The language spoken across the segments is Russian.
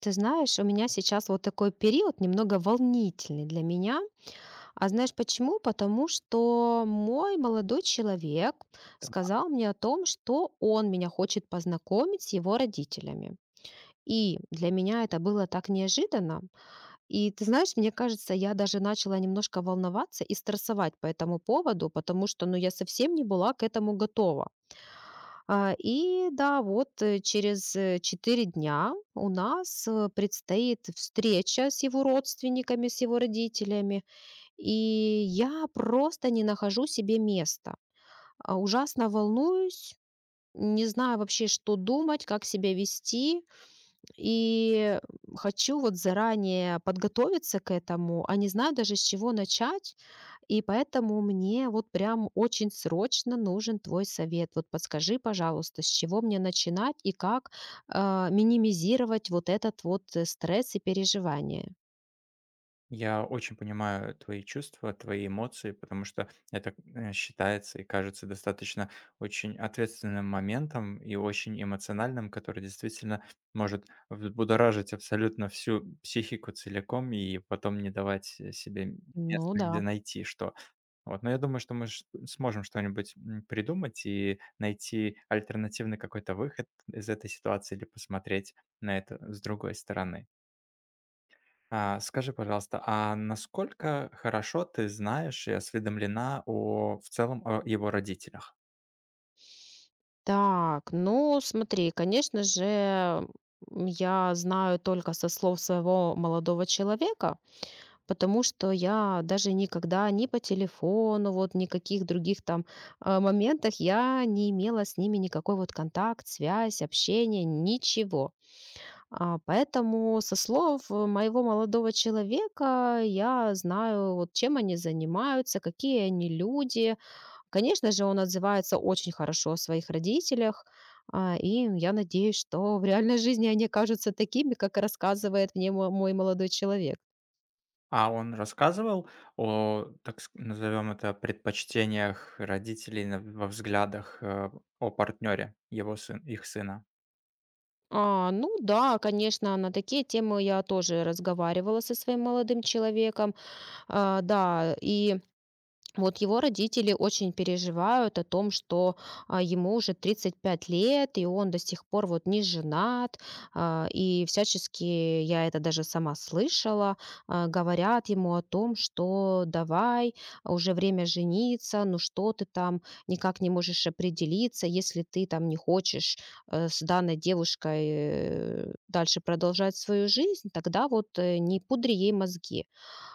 Ты знаешь, у меня сейчас вот такой период немного волнительный для меня. А знаешь почему? Потому что мой молодой человек Да. сказал мне о том, что он меня хочет познакомить с его родителями. И для меня это было так неожиданно. И ты знаешь, мне кажется, я даже начала немножко волноваться и стрессовать по этому поводу, потому что ну, я совсем не была к этому готова. А, и да, вот, через, 4 дня у нас, предстоит встреча с его родственниками, с его родителями, и я просто не нахожу себе места. А, ужасно волнуюсь, не знаю вообще, что думать, как себя вести. И хочу вот заранее подготовиться к этому, а не знаю даже, с чего начать. И поэтому мне вот прям очень срочно нужен твой совет. Вот подскажи, пожалуйста, с чего мне начинать и как минимизировать вот этот вот стресс и переживания. Я очень понимаю твои чувства, твои эмоции, потому что это считается и кажется достаточно очень ответственным моментом и очень эмоциональным, который действительно может взбудоражить абсолютно всю психику целиком и потом не давать себе места, Ну где да. найти что. Вот. Но я думаю, что мы сможем что-нибудь придумать и найти альтернативный какой-то выход из этой ситуации или посмотреть на это с другой стороны. Скажи, пожалуйста, а насколько хорошо ты знаешь и осведомлена о в целом о его родителях? Так, ну смотри, конечно же, я знаю только со слов своего молодого человека, потому что я даже никогда ни по телефону, вот никаких других там моментах я не имела с ними никакой вот контакт, связь, общение, ничего. А, поэтому со слов моего молодого человека я знаю, вот чем они занимаются, какие они люди. Конечно же, он отзывается очень хорошо о своих родителях. И я надеюсь, что в реальной жизни они окажутся такими, как рассказывает мне мой молодой человек. А он рассказывал о, так назовем это, предпочтениях родителей на во взглядах, о партнере его сын их сына? А, ну да, конечно, на такие темы я тоже разговаривала со своим молодым человеком. А, да, и вот его родители очень переживают о том, что ему уже 35 лет, и он до сих пор вот не женат, а, и всячески, я это даже сама слышала, говорят ему о том, что давай, уже время жениться, ну что ты там никак не можешь определиться, если ты там не хочешь с данной девушкой дальше продолжать свою жизнь, тогда вот не пудри ей мозги.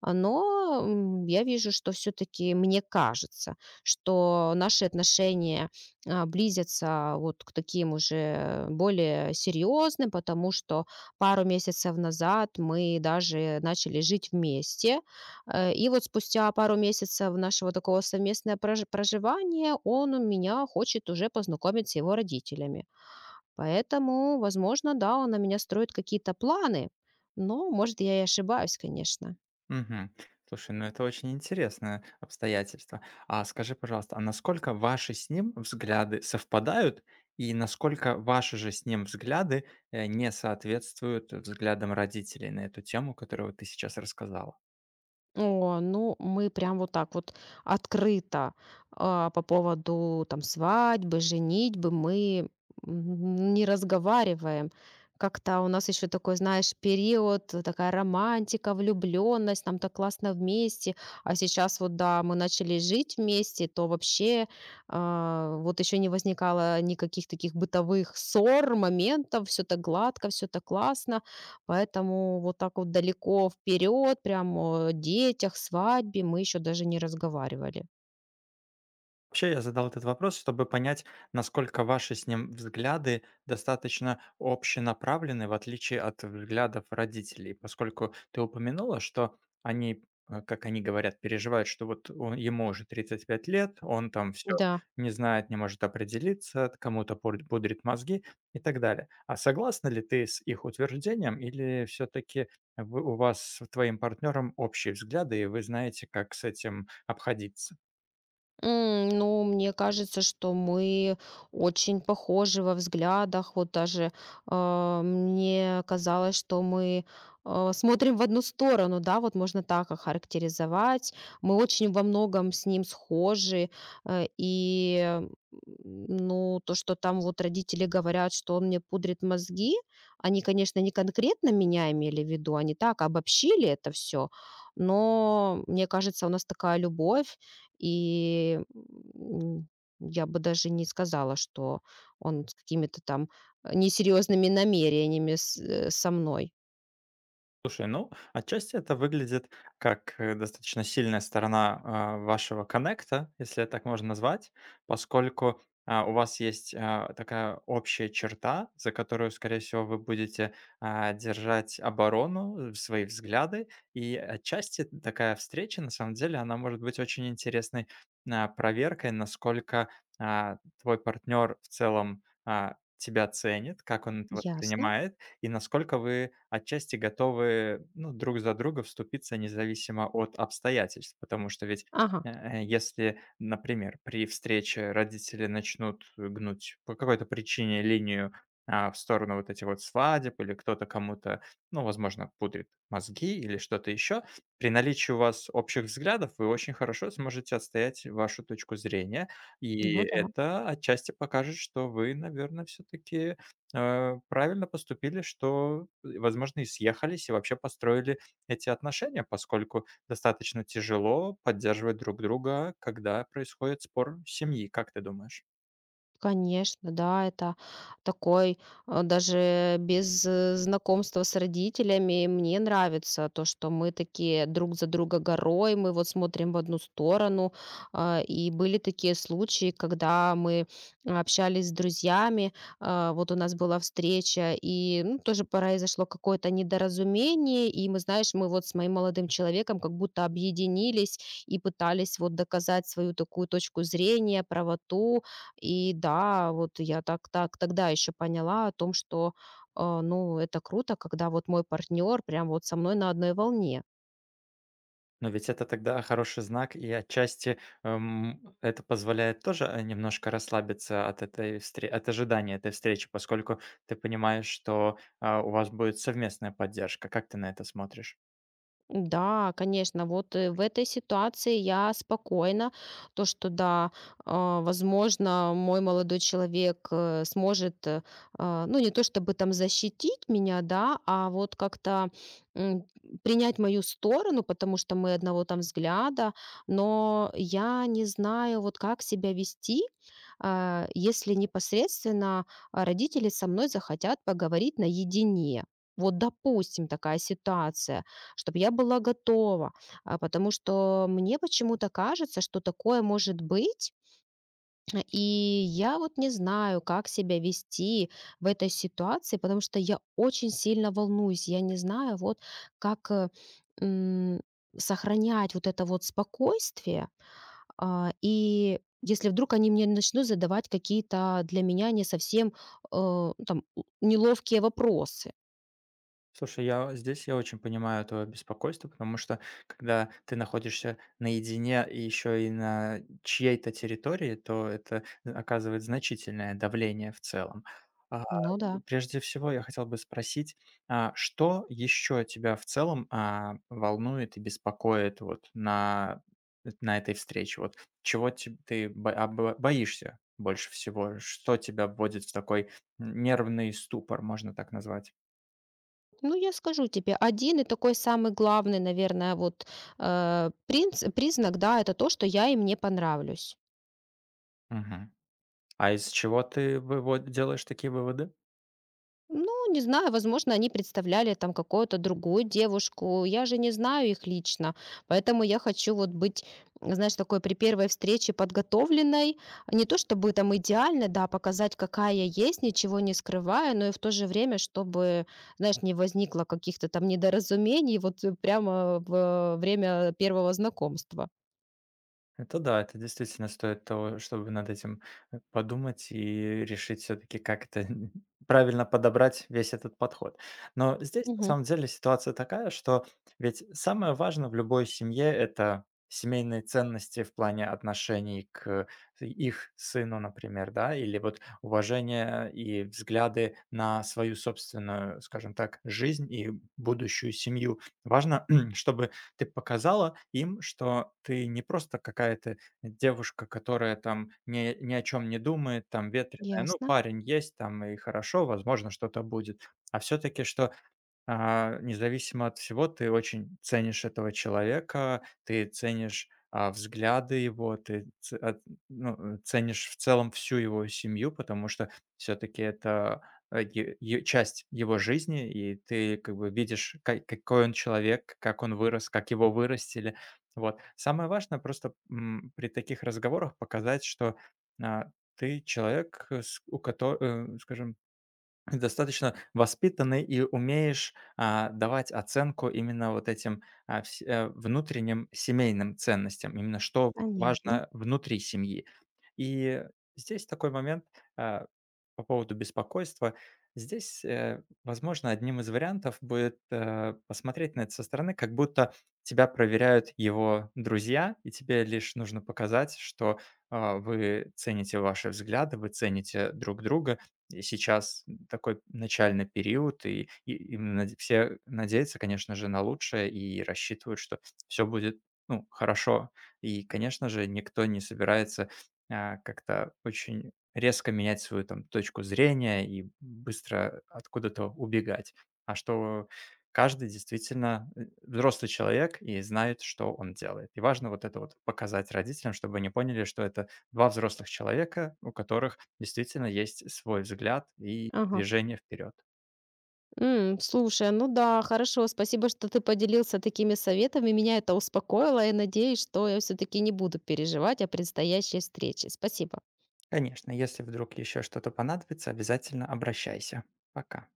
А, но, я вижу, что все таки мне кажется, что наши отношения, близятся вот к таким уже более серьезным, потому что пару месяцев назад мы даже начали жить вместе. Э, и вот спустя пару месяцев нашего такого совместного проживания он у меня хочет уже познакомить с его родителями. Поэтому, возможно, да, он на меня строит какие-то планы, но, может, я и ошибаюсь, конечно. Мгм. Слушай, ну это очень интересное обстоятельство. А скажи, пожалуйста, а насколько ваши с ним взгляды совпадают и насколько ваши же с ним взгляды не соответствуют взглядам родителей на эту тему, которую вот ты сейчас рассказала? О, ну, мы прям вот так вот открыто, а, по поводу там свадьбы, женитьбы мы, не разговариваем. Как-то у нас еще такой, знаешь, период, такая романтика, влюбленность, нам так классно вместе. А сейчас вот, да, мы начали жить вместе, то вообще, вот еще не возникало никаких таких бытовых ссор, моментов, все так гладко, все так классно. Поэтому вот так вот далеко вперед, прям о детях, свадьбе мы еще даже не разговаривали. Вообще, я задал этот вопрос, чтобы понять, насколько ваши с ним взгляды достаточно общенаправлены, в отличие от взглядов родителей, поскольку ты упомянула, что они, как они говорят, переживают, что ему уже 35 лет, он там все Да. не знает, не может определиться, пудрит мозги и так далее. А согласна ли ты с их утверждением или все-таки у вас с твоим партнером общие взгляды, и вы знаете, как с этим обходиться? Ну, мне кажется, что мы очень похожи во взглядах. Вот даже, мне казалось, что мы, смотрим в одну сторону, да, вот можно так охарактеризовать. Мы очень во многом с ним схожи, э, и, м, ну, то, что там вот родители говорят, что он мне пудрит мозги, они, конечно, не конкретно меня имели в виду, они так обобщили это все. Но, мне кажется, у нас такая любовь, и, м, я бы даже не сказала, что он с какими-то там, несерьезными намерениями со мной. Слушай, ну, отчасти это выглядит как достаточно сильная сторона вашего коннекта, если это так можно назвать, поскольку у вас есть такая общая черта, за которую, скорее всего, вы будете держать оборону, свои взгляды, и отчасти такая встреча, на самом деле, она может быть очень интересной проверкой, насколько твой партнер в целом тебя ценит, как он это Ясно. воспринимает, и насколько вы отчасти готовы, ну, друг за друга вступиться независимо от обстоятельств. Потому что ведь, Ага. Если, например, при встрече родители начнут гнуть по какой-то причине линию, в сторону вот этих вот свадеб или кто-то кому-то, ну, возможно, пудрит мозги или что-то еще, при наличии у вас общих взглядов вы очень хорошо сможете отстоять вашу точку зрения. И Ну да. это отчасти покажет, что вы, наверное, все-таки правильно поступили, что, возможно, и съехались, и вообще построили эти отношения, поскольку достаточно тяжело поддерживать друг друга, когда происходит спор семьи. Как ты думаешь? Конечно, да, это такой, а, даже без, знакомства с родителями мне нравится то, что мы такие друг за друга горой, мы вот смотрим в одну сторону. А, и были такие случаи, когда мы общались с друзьями, вот у нас была встреча, и, ну, тоже произошло какое-то недоразумение, и мы, знаешь, мы вот с моим молодым человеком как будто объединились и пытались вот доказать свою такую точку зрения, правоту, и да, вот я так тогда еще поняла о том, что, ну, это круто, когда вот мой партнер прям вот со мной на одной волне. Но ведь это тогда хороший знак, и отчасти это позволяет тоже немножко расслабиться от от ожидания этой встречи, поскольку ты понимаешь, что у вас будет совместная поддержка. Как ты на это смотришь? Да, конечно, вот в этой ситуации я спокойна, то, что да, а, возможно, мой молодой человек ну, не то чтобы там защитить меня, да, а вот как-то м, принять мою сторону, потому что мы одного там взгляда, но я не знаю, вот как себя вести, если непосредственно родители со мной захотят поговорить наедине. Вот, допустим, такая ситуация, чтобы я была готова, а, потому что мне почему-то кажется, что такое может быть, и я вот не знаю, как себя вести в этой ситуации, потому что я очень сильно волнуюсь, я не знаю, как э, м, сохранять вот это вот спокойствие, и если вдруг они мне начнут задавать какие-то для меня не совсем ну, там неловкие вопросы. Слушай, я здесь я очень понимаю твое беспокойство, потому что когда ты находишься наедине и еще и на чьей-то территории, то это оказывает значительное давление в целом. А, Ну да. Прежде всего, я хотел бы спросить, что еще тебя в целом волнует и беспокоит на этой встрече? Вот чего ты боишься больше всего? Что тебя вводит в такой нервный ступор, можно так назвать? Ну, я скажу тебе, один и такой самый главный, наверное, вот, э, принц признак, да, это то, что я им не понравлюсь. Мгм. А из чего ты вывод делаешь такие выводы? Ну, не знаю, возможно, они представляли там какую-то другую девушку. Я же не знаю их лично, поэтому я хочу вот быть, знаешь, такой при первой встрече подготовленной. Не то чтобы там идеально, да, показать, какая я есть, ничего не скрывая, но и в то же время, чтобы, знаешь, не возникло каких-то там недоразумений вот, прямо во время первого знакомства. Это да, это действительно стоит того, чтобы над этим, подумать и решить все таки как это правильно подобрать весь этот подход. Но здесь на Мгм. самом деле ситуация такая, что ведь самое важное в любой семье — это семейные ценности в плане отношений к их сыну, например, да, или вот уважение и взгляды на свою собственную, скажем так, жизнь и будущую семью. Важно, чтобы ты показала им, что ты не просто какая-то девушка, которая там ни о чем не думает, там ветреная. Ну, Ясно. парень есть там и хорошо, возможно, что-то будет. А все таки что независимо от всего, ты очень ценишь этого человека, ты ценишь, взгляды его, ты ц от ну, ценишь в целом всю его семью, потому что все таки это, а, е е часть его жизни, и ты как бы видишь, ка какой он человек, как он вырос, как его вырастили. Вот. Самое важное просто, при таких разговорах показать, что, а, ты человек, э, с у которого, скажем, достаточно воспитанный и умеешь, давать оценку именно вот этим, внутренним семейным ценностям, именно что Понятно. важно внутри семьи. И здесь такой момент, а, по поводу беспокойства. Здесь, возможно, одним из вариантов будет, посмотреть на это со стороны, как будто тебя проверяют его друзья, и тебе лишь нужно показать, что, вы цените ваши взгляды, вы цените друг друга. И сейчас такой начальный период, и наде все надеются, конечно же, на лучшее и рассчитывают, что все будет, ну, хорошо. И, конечно же, никто не собирается, как-то очень резко менять свою там точку зрения и быстро откуда-то убегать. А что каждый действительно, взрослый человек и знает, что он делает. И важно вот это вот показать родителям, чтобы они поняли, что это два взрослых человека, у которых действительно есть свой взгляд и Ага. движение вперед. Слушай, ну да, хорошо. Спасибо, что ты поделился такими советами. Меня это успокоило, и надеюсь, что я все-таки не буду переживать о предстоящей встрече. Спасибо. Конечно, если вдруг еще что-то понадобится, обязательно обращайся. Пока.